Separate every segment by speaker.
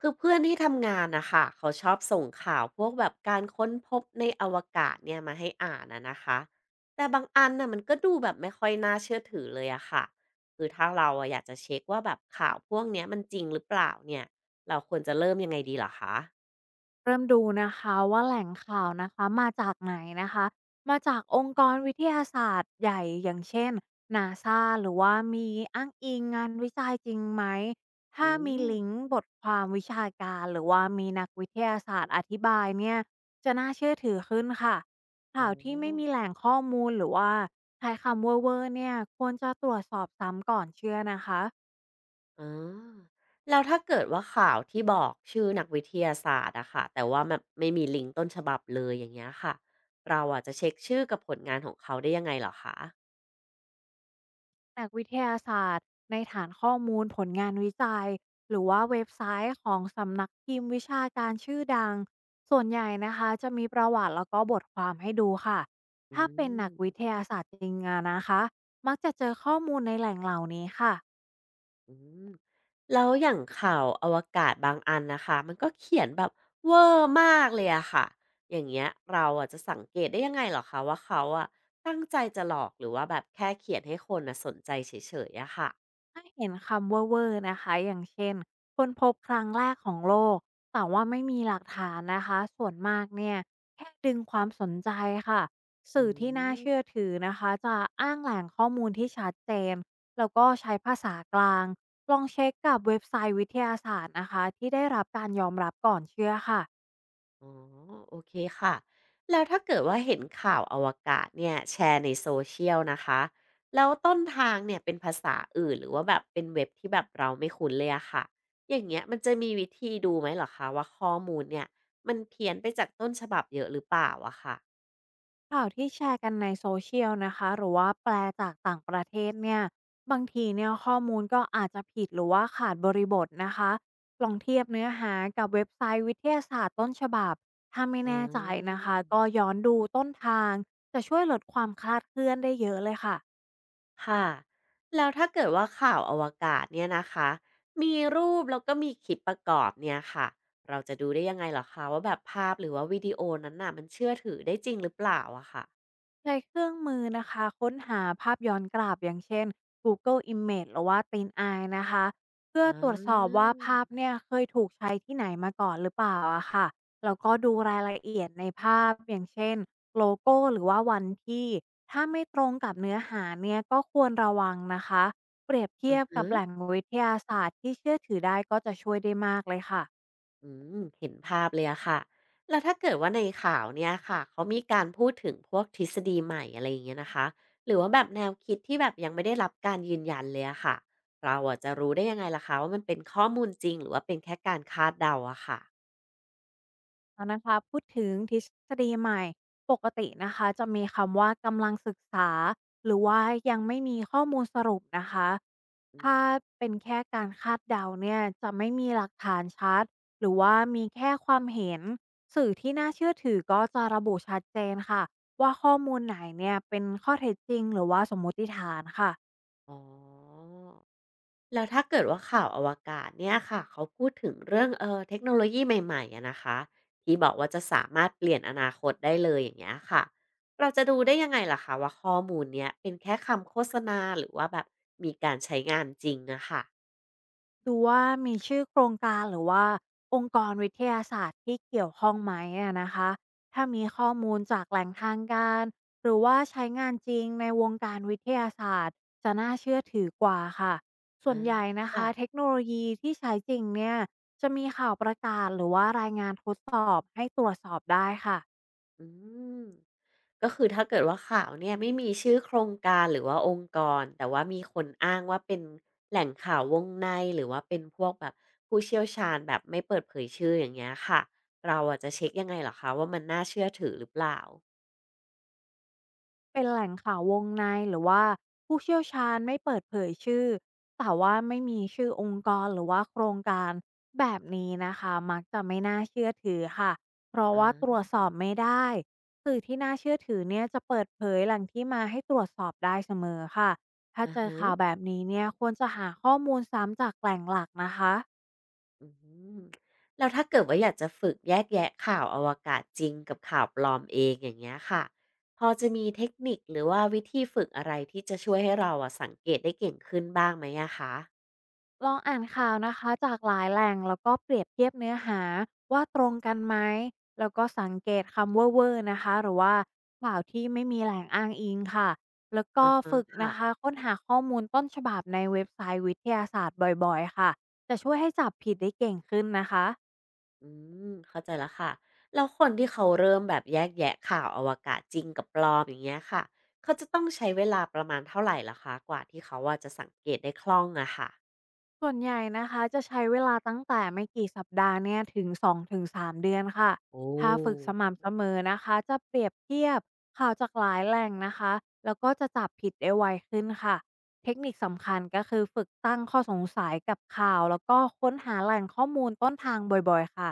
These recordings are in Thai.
Speaker 1: คือเพื่อนที่ทำงานนะคะเขาชอบส่งข่าวพวกแบบการค้นพบในอวกาศเนี่ยมาให้อ่านนะนะคะแต่บางอันน่ะมันก็ดูแบบไม่ค่อยน่าเชื่อถือเลยอะค่ะคือถ้าเราอะอยากจะเช็คว่าแบบข่าวพวกเนี้ยมันจริงหรือเปล่าเนี่ยเราควรจะเริ่มยังไงดีเหรอคะ
Speaker 2: เริ่มดูนะคะว่าแหล่งข่าวนะคะมาจากไหนนะคะมาจากองค์กรวิทยาศาสตร์ใหญ่อย่างเช่นนาซาหรือว่ามีอ้างอิงงานวิจัยจริงไหม
Speaker 1: อื
Speaker 2: ถ้ามี
Speaker 1: ม
Speaker 2: ลิงก์บทความวิชาการหรือว่ามีนักวิทยาศาสตร์อธิบายเนี่ยจะน่าเชื่อถือขึ้นค่ะ
Speaker 1: อ๋
Speaker 2: ข่า
Speaker 1: อ
Speaker 2: วที่ไม่มีแหล่งข้อมูลหรือว่าใช้คำเวอร์ๆเนี่ยควรจะตรวจสอบซ้ำก่อนเชื่อนะคะ
Speaker 1: อาแล้วถ้าเกิดว่าข่าวที่บอกชื่อนักวิทยาศาสตร์อะค่ะแต่ว่าแันไม่มีลิงก์ต้นฉบับเลยอย่างเงี้ยค่ะเราอะจะเช็คชื่อกับผลงานของเขาได้ยังไงเหรอคะ
Speaker 2: นักวิทยาศาสตร์ในฐานข้อมูลผลงานวิจัยหรือว่าเว็บไซต์ของสำนักพิมพ์วิชาการชื่อดังส่วนใหญ่นะคะจะมีประวัติแล้วก็บทความให้ดูค่ะ
Speaker 1: อื
Speaker 2: ถ้าเป็น
Speaker 1: ม
Speaker 2: นักวิทยาศาสตร์จริงอะนะคะมักจะเจอข้อมูลในแหล่งเหล่านี้ค่ะ
Speaker 1: อืมแล้วอย่างข่าวอวกาศบางอันนะคะมันก็เขียนแบบเวอร์มากเลยอะค่ะอย่างเงี้ยเราอะจะสังเกตได้ยังไงเหรอคะว่าเขาอะตั้งใจจะหลอกหรือว่าแบบแค่เขียนให้คนอ่ะสนใจเฉยๆอะค่ะ
Speaker 2: ถ้าเห็นคำเว่อร์ๆนะคะอย่างเช่นคนพบครั้งแรกของโลกแต่ว่าไม่มีหลักฐานนะคะส่วนมากเนี่ยแค่ดึงความสนใจค่ะ
Speaker 1: อื
Speaker 2: สื่อที่น่าเชื่อ
Speaker 1: ม
Speaker 2: ถือนะคะจะอ้างแหล่งข้อมูลที่ชัดเจนแล้วก็ใช้ภาษากลางลองเช็คกับเว็บไซต์วิทยาศาสตร์นะคะที่ได้รับการยอมรับก่อนเชื่อค่ะ
Speaker 1: อ๋อโอเคค่ะแล้วถ้าเกิดว่าเห็นข่าวอวกาศเนี่ยแชร์ในโซเชียลนะคะแล้วต้นทางเนี่ยเป็นภาษาอื่นหรือว่าแบบเป็นเว็บที่แบบเราไม่คุ้นเลยอะค่ะอย่างเงี้ยมันจะมีวิธีดูไหมเหรอคะว่าข้อมูลเนี่ยมันเพี้ยนไปจากต้นฉบับเยอะหรือเปล่าอะค่ะ
Speaker 2: ข่าวที่แชร์กันในโซเชียลนะคะหรือว่าแปลจากต่างประเทศเนี่ยบางทีเนี่ยข้อมูลก็อาจจะผิดหรือว่าขาดบริบทนะคะลองเทียบเนื้อหากับเว็บไซต์วิทยาศาสตร์ต้นฉบับถ้าไม่
Speaker 1: อื
Speaker 2: แน่ใจนะคะก็
Speaker 1: ม
Speaker 2: ย้อนดูต้นทางจะช่วยลดความคลาดเคลื่อนได้เยอะเลยค่ะ
Speaker 1: ค่ะแล้วถ้าเกิดว่าข่าวอวกาศเนี่ยนะคะมีรูปแล้วก็มีคลิปประกอบเนี่ยค่ะเราจะดูได้ยังไงเหรอคะว่าแบบภาพหรือว่าวิดีโอนั้นน่ะมันเชื่อถือได้จริงหรือเปล่าอะค่ะ
Speaker 2: ใช้เครื่องมือนะคะค้นหาภาพย้อนกลับอย่างเช่น Google Image หรือว่า TinEye นไอนะคะเพื่อ
Speaker 1: อ
Speaker 2: ตรวจสอบ
Speaker 1: า
Speaker 2: ว่าภาพเนี่ยเคยถูกใช้ที่ไหนมาก่อนหรือเปล่าอะค่ะแล้วก็ดูรายละเอียดในภาพอย่างเช่นโลโก้หรือว่าวันที่ถ้าไม่ตรงกับเนื้อหาเนี่ยก็ควรระวังนะคะเปรียบ
Speaker 1: อ
Speaker 2: เที
Speaker 1: อ
Speaker 2: ยบ
Speaker 1: ฮ
Speaker 2: กับแหล่งวิทยาศาสตร์ที่เชื่อถือได้ก็จะช่วยได้มากเลยค่ะ
Speaker 1: อืมเห็นภาพเลยอะค่ะแล้วถ้าเกิดว่าในข่าวเนี่ยค่ะเขามีการพูดถึงพวกทฤษฎีใหม่อะไรอย่างเงี้ยนะคะหรือว่าแบบแนวคิดที่แบบยังไม่ได้รับการยืนยันเลยอะค่ะเราอะจะรู้ได้ยังไงล่ะคะว่ามันเป็นข้อมูลจริงหรือว่าเป็นแค่การคาดเดาอะค่ะ
Speaker 2: แล้วนะคะพูดถึงทฤษฎีใหม่ปกตินะคะจะมีคำว่ากำลังศึกษาหรือว่ายังไม่มีข้อมูลสรุปนะคะ
Speaker 1: อื
Speaker 2: ถ้า
Speaker 1: ม
Speaker 2: เป็นแค่การคาดเดาเนี่ยจะไม่มีหลักฐานชัดหรือว่ามีแค่ความเห็นสื่อที่น่าเชื่อถือก็จะระบุชัดเจนค่ะว่าข้อมูลไหนเนี่ยเป็นข้อเท็จจริงหรือว่าสมมติฐานค่ะ
Speaker 1: อ๋อแล้วถ้าเกิดว่าข่าวอวกาศเนี่ยค่ะเขาพูดถึงเรื่องเทคโนโลยีใหม่ๆอะนะคะที่บอกว่าจะสามารถเปลี่ยนอนาคตได้เลยอย่างเงี้ยค่ะเราจะดูได้ยังไงล่ะคะว่าข้อมูลเนี้ยเป็นแค่คำโฆษณาหรือว่าแบบมีการใช้งานจริงอะค่ะ
Speaker 2: ดูว่ามีชื่อโครงการหรือว่าองค์กรวิทยาศาสตร์ที่เกี่ยวข้องไหมอะนะคะถ้ามีข้อมูลจากแหล่งทางการหรือว่าใช้งานจริงในวงการวิทยาศาสตร์จะน่าเชื่อถือกว่าค่ะส่ว
Speaker 1: อา
Speaker 2: นใหญ่นะ
Speaker 1: ค่ะ
Speaker 2: คะเทคโนโลยีที่ใช้จริงเนี่ยจะมีข่าวประกาศหรือว่ารายงานทดสอบให้ตรวจสอบได้ค่ะ
Speaker 1: อืม ก็คือถ้าเกิดว่าข่าวเนี่ยไม่มีชื่อโครงการหรือว่าองค์กรแต่ว่ามีคนอ้างว่าเป็นแหล่งข่าววงในหรือว่าเป็นพวกแบบผู้เชี่ยวชาญแบบไม่เปิดเผยชื่ออย่างเงี้ยค่ะเราอะจะเช็กยังไงเหรอคะว่ามันน่าเชื่อถือหรือเปล่า
Speaker 2: เป็นแหล่งข่าววงในหรือว่าผู้เชี่ยวชาญไม่เปิดเผยชื่อแต่ว่าไม่มีชื่อองค์กรหรือว่าโครงการแบบนี้นะคะมักจะไม่น่าเชื่อถือค่ะเพราะว่าตร
Speaker 1: อา
Speaker 2: วจสอบไม่ได้สื่อที่น่าเชื่อถือเนี่ยจะเปิดเผยแหล่งที่มาให้ตรวจสอบได้เสมอค่ะถ้า
Speaker 1: อะ
Speaker 2: เจอข่าว
Speaker 1: ฮะ
Speaker 2: แบบนี้เนี่ยควรจะหาข้อมูลซ้ำจากแหล่งหลักนะคะ
Speaker 1: อืมแล้วถ้าเกิดว่าอยากจะฝึกแยกแยะข่าวอวกาศจริงกับข่าวปลอมเองอย่างเงี้ยค่ะพอจะมีเทคนิคหรือว่าวิธีฝึกอะไรที่จะช่วยให้เราอะสังเกตได้เก่งขึ้นบ้างไหมอะคะ
Speaker 2: ลองอ่านข่าวนะคะจากหลายแหล่งแล้วก็เปรียบเทียบเนื้อหาว่าตรงกันไหมแล้วก็สังเกตคำเว่อร์ๆนะคะหรือว่าข่าวที่ไม่มีแหล่งอ้างอิงค่ะแล้วก็
Speaker 1: อะฮะ
Speaker 2: ฝึก
Speaker 1: ค่ะ
Speaker 2: นะคะค้นหาข้อมูลต้นฉบับในเว็บไซต์วิทยาศาสตร์บ่อยๆค่ะจะช่วยให้จับผิดได้เก่งขึ้นนะคะ
Speaker 1: อืมเข้าใจแล้วค่ะแล้วคนที่เขาเริ่มแบบแยกแยะข่าวอวกาศจริงกับปลอมอย่างเงี้ยค่ะเขาจะต้องใช้เวลาประมาณเท่าไหร่ล่ะคะกว่าที่เขาว่าจะสังเกตได้คล่องอะค่ะ
Speaker 2: ส่วนใหญ่นะคะจะใช้เวลาตั้งแต่ไม่กี่สัปดาห์เนี่ยถึง2-3เดือนค่ะ
Speaker 1: โอ้
Speaker 2: ถ้าฝึกสม่ำเสมอนะคะจะเปรียบเทียบข่าวจากหลายแหล่งนะคะแล้วก็จะจับผิดได้ไวขึ้นค่ะเทคนิคสำคัญก็คือฝึกตั้งข้อสงสัยกับข่าวแล้วก็ค้นหาแหล่งข้อมูลต้นทางบ่อยๆค่ะ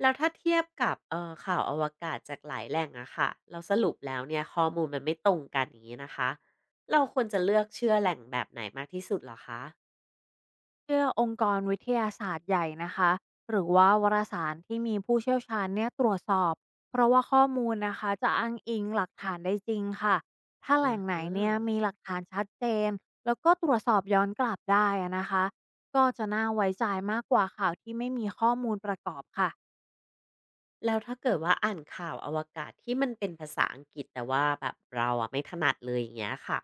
Speaker 1: แล้วถ้าเทียบกับข่าวอวกาศจากหลายแหล่งอะค่ะเราสรุปแล้วเนี่ยข้อมูลมันไม่ตรงกันอย่างนี้นะคะเราควรจะเลือกเชื่อแหล่งแบบไหนมากที่สุดเหรอคะ
Speaker 2: เชื่อองค์กรวิทยาศาสตร์ใหญ่นะคะหรือว่าวารสารที่มีผู้เชี่ยวชาญเนี่ยตรวจสอบเพราะว่าข้อมูลนะคะจะอ้างอิงหลักฐานได้จริงค่ะถ้าแห
Speaker 1: อะ
Speaker 2: ล่ง
Speaker 1: ฮ
Speaker 2: ไหนเนี่ย
Speaker 1: ะ
Speaker 2: มีหลักฐานชัดเจนแล้วก็ตรวจสอบย้อนกลับได้อะนะคะก็จะน่าไว้ใจมากกว่าข่าวที่ไม่มีข้อมูลประกอบค่ะ
Speaker 1: แล้วถ้าเกิดว่าอ่านข่าวอวกาศที่มันเป็นภาษาอังกฤษแต่ว่าแบบเราอะไม่ถนัดเลยอย่างเงี้ยค่ะ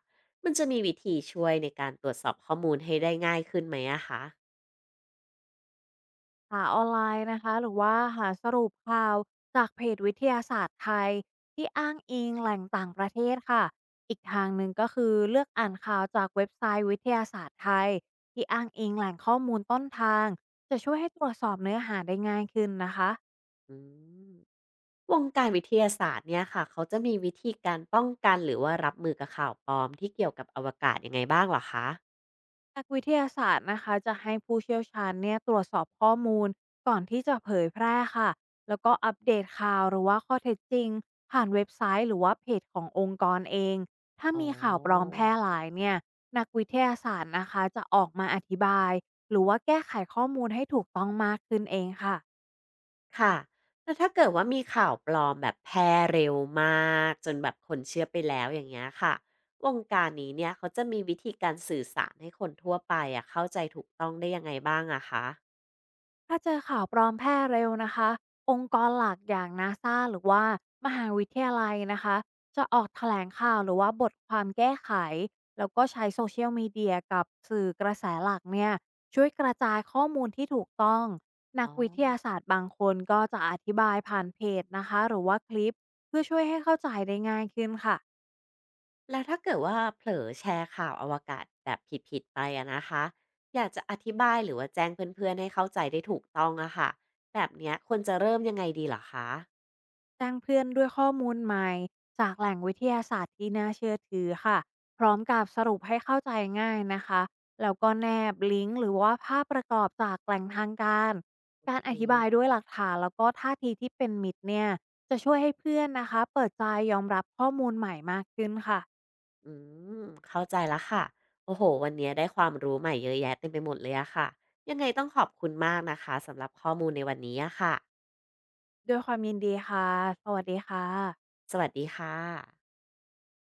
Speaker 1: มันจะมีวิธีช่วยในการตรวจสอบข้อมูลให้ได้ง่ายขึ้นไหมอะคะ
Speaker 2: หาออนไลน์นะคะหรือว่าหาสรุปข่าวจากเพจวิทยาศาสตร์ไทยที่อ้างอิงแหล่งต่างประเทศค่ะอีกทางหนึ่งก็คือเลือกอ่านข่าวจากเว็บไซต์วิทยาศาสตร์ไทยที่อ้างอิงแหล่งข้อมูลต้นทางจะช่วยให้ตรวจสอบเนื้อหาได้ง่ายขึ้นนะคะ
Speaker 1: อืมวงการวิทยาศาสตร์เนี่ยค่ะเขาจะมีวิธีการป้องกันหรือว่ารับมือกับข่าวปลอมที่เกี่ยวกับอวกาศยังไงบ้างเหรอคะ
Speaker 2: นักวิทยาศาสตร์นะคะจะให้ผู้เชี่ยวชาญเนี่ยตรวจสอบข้อมูลก่อนที่จะเผยแพร่ค่ะแล้วก็อัปเดตข่าวหรือว่าข้อเท็จจริงผ่านเว็บไซต์หรือว่าเพจขององค์กรเองถ้า
Speaker 1: อ๋อ
Speaker 2: มีข่าวปลอมแพร่หลายเนี่ยนักวิทยาศาสตร์นะคะจะออกมาอธิบายหรือว่าแก้ไขข้อมูลให้ถูกต้องมากขึ้นเองค่ะ
Speaker 1: ค่ะ แล้วถ้าเกิดว่ามีข่าวปลอมแบบแพร่เร็วมากจนแบบคนเชื่อไปแล้วอย่างเงี้ยค่ะวงการนี้เนี่ยเขาจะมีวิธีการสื่อสารให้คนทั่วไปอะเข้าใจถูกต้องได้ยังไงบ้างอะคะ
Speaker 2: ถ้าเจอข่าวปลอมแพร่เร็วนะคะองค์กรหลักอย่างนาซาหรือว่ามหาวิทยาลัยนะคะจะออกแถลงข่าวหรือว่าบทความแก้ไขแล้วก็ใช้โซเชียลมีเดียกับสื่อกระแสหลักเนี่ยช่วยกระจายข้อมูลที่ถูกต้องนั
Speaker 1: อ๋
Speaker 2: ก
Speaker 1: อ
Speaker 2: วิทยาศาสตร์บางคนก็จะอธิบายผ่านเพจนะคะหรือว่าคลิปเพื่อช่วยให้เข้าใจได้ง่ายขึ้นค่ะ
Speaker 1: แล้วถ้าเกิดว่าเผลอแชร์ข่าวอวกาศแบบผิดๆไปอะนะคะอยากจะอธิบายหรือว่าแจ้งเพื่อนๆให้เข้าใจได้ถูกต้องอะค่ะแบบเนี้ยควรจะเริ่มยังไงดีเหรอคะ
Speaker 2: แจ้งเพื่อนด้วยข้อมูลใหม่จากแหล่งวิทยาศาสตร์ที่น่าเชื่อถือค่ะพร้อมกับสรุปให้เข้าใจง่ายนะคะแล้วก็แนบลิงก์หรือว่าภาพประกอบจากแหล่งทางการ
Speaker 1: โอ
Speaker 2: การอธิบาย
Speaker 1: เค
Speaker 2: ด้วยหลักฐานแล้วก็ท่าทีที่เป็นมิตรเนี่ยจะช่วยให้เพื่อนนะคะเปิดใจยอมรับข้อมูลใหม่มากขึ้นค่ะ
Speaker 1: อืมเข้าใจแล้วค่ะ โอ้โห วันนี้ได้ความรู้ใหม่เยอะแยะเต็มไปหมดเลยอะค่ะ ยังไงต้องขอบคุณมากนะคะสำหรับข้อมูลในวันนี้อะค่ะ
Speaker 2: ด้วยความยินดีค่ะสวัสดีค่ะ
Speaker 1: สวัสดีค่ะ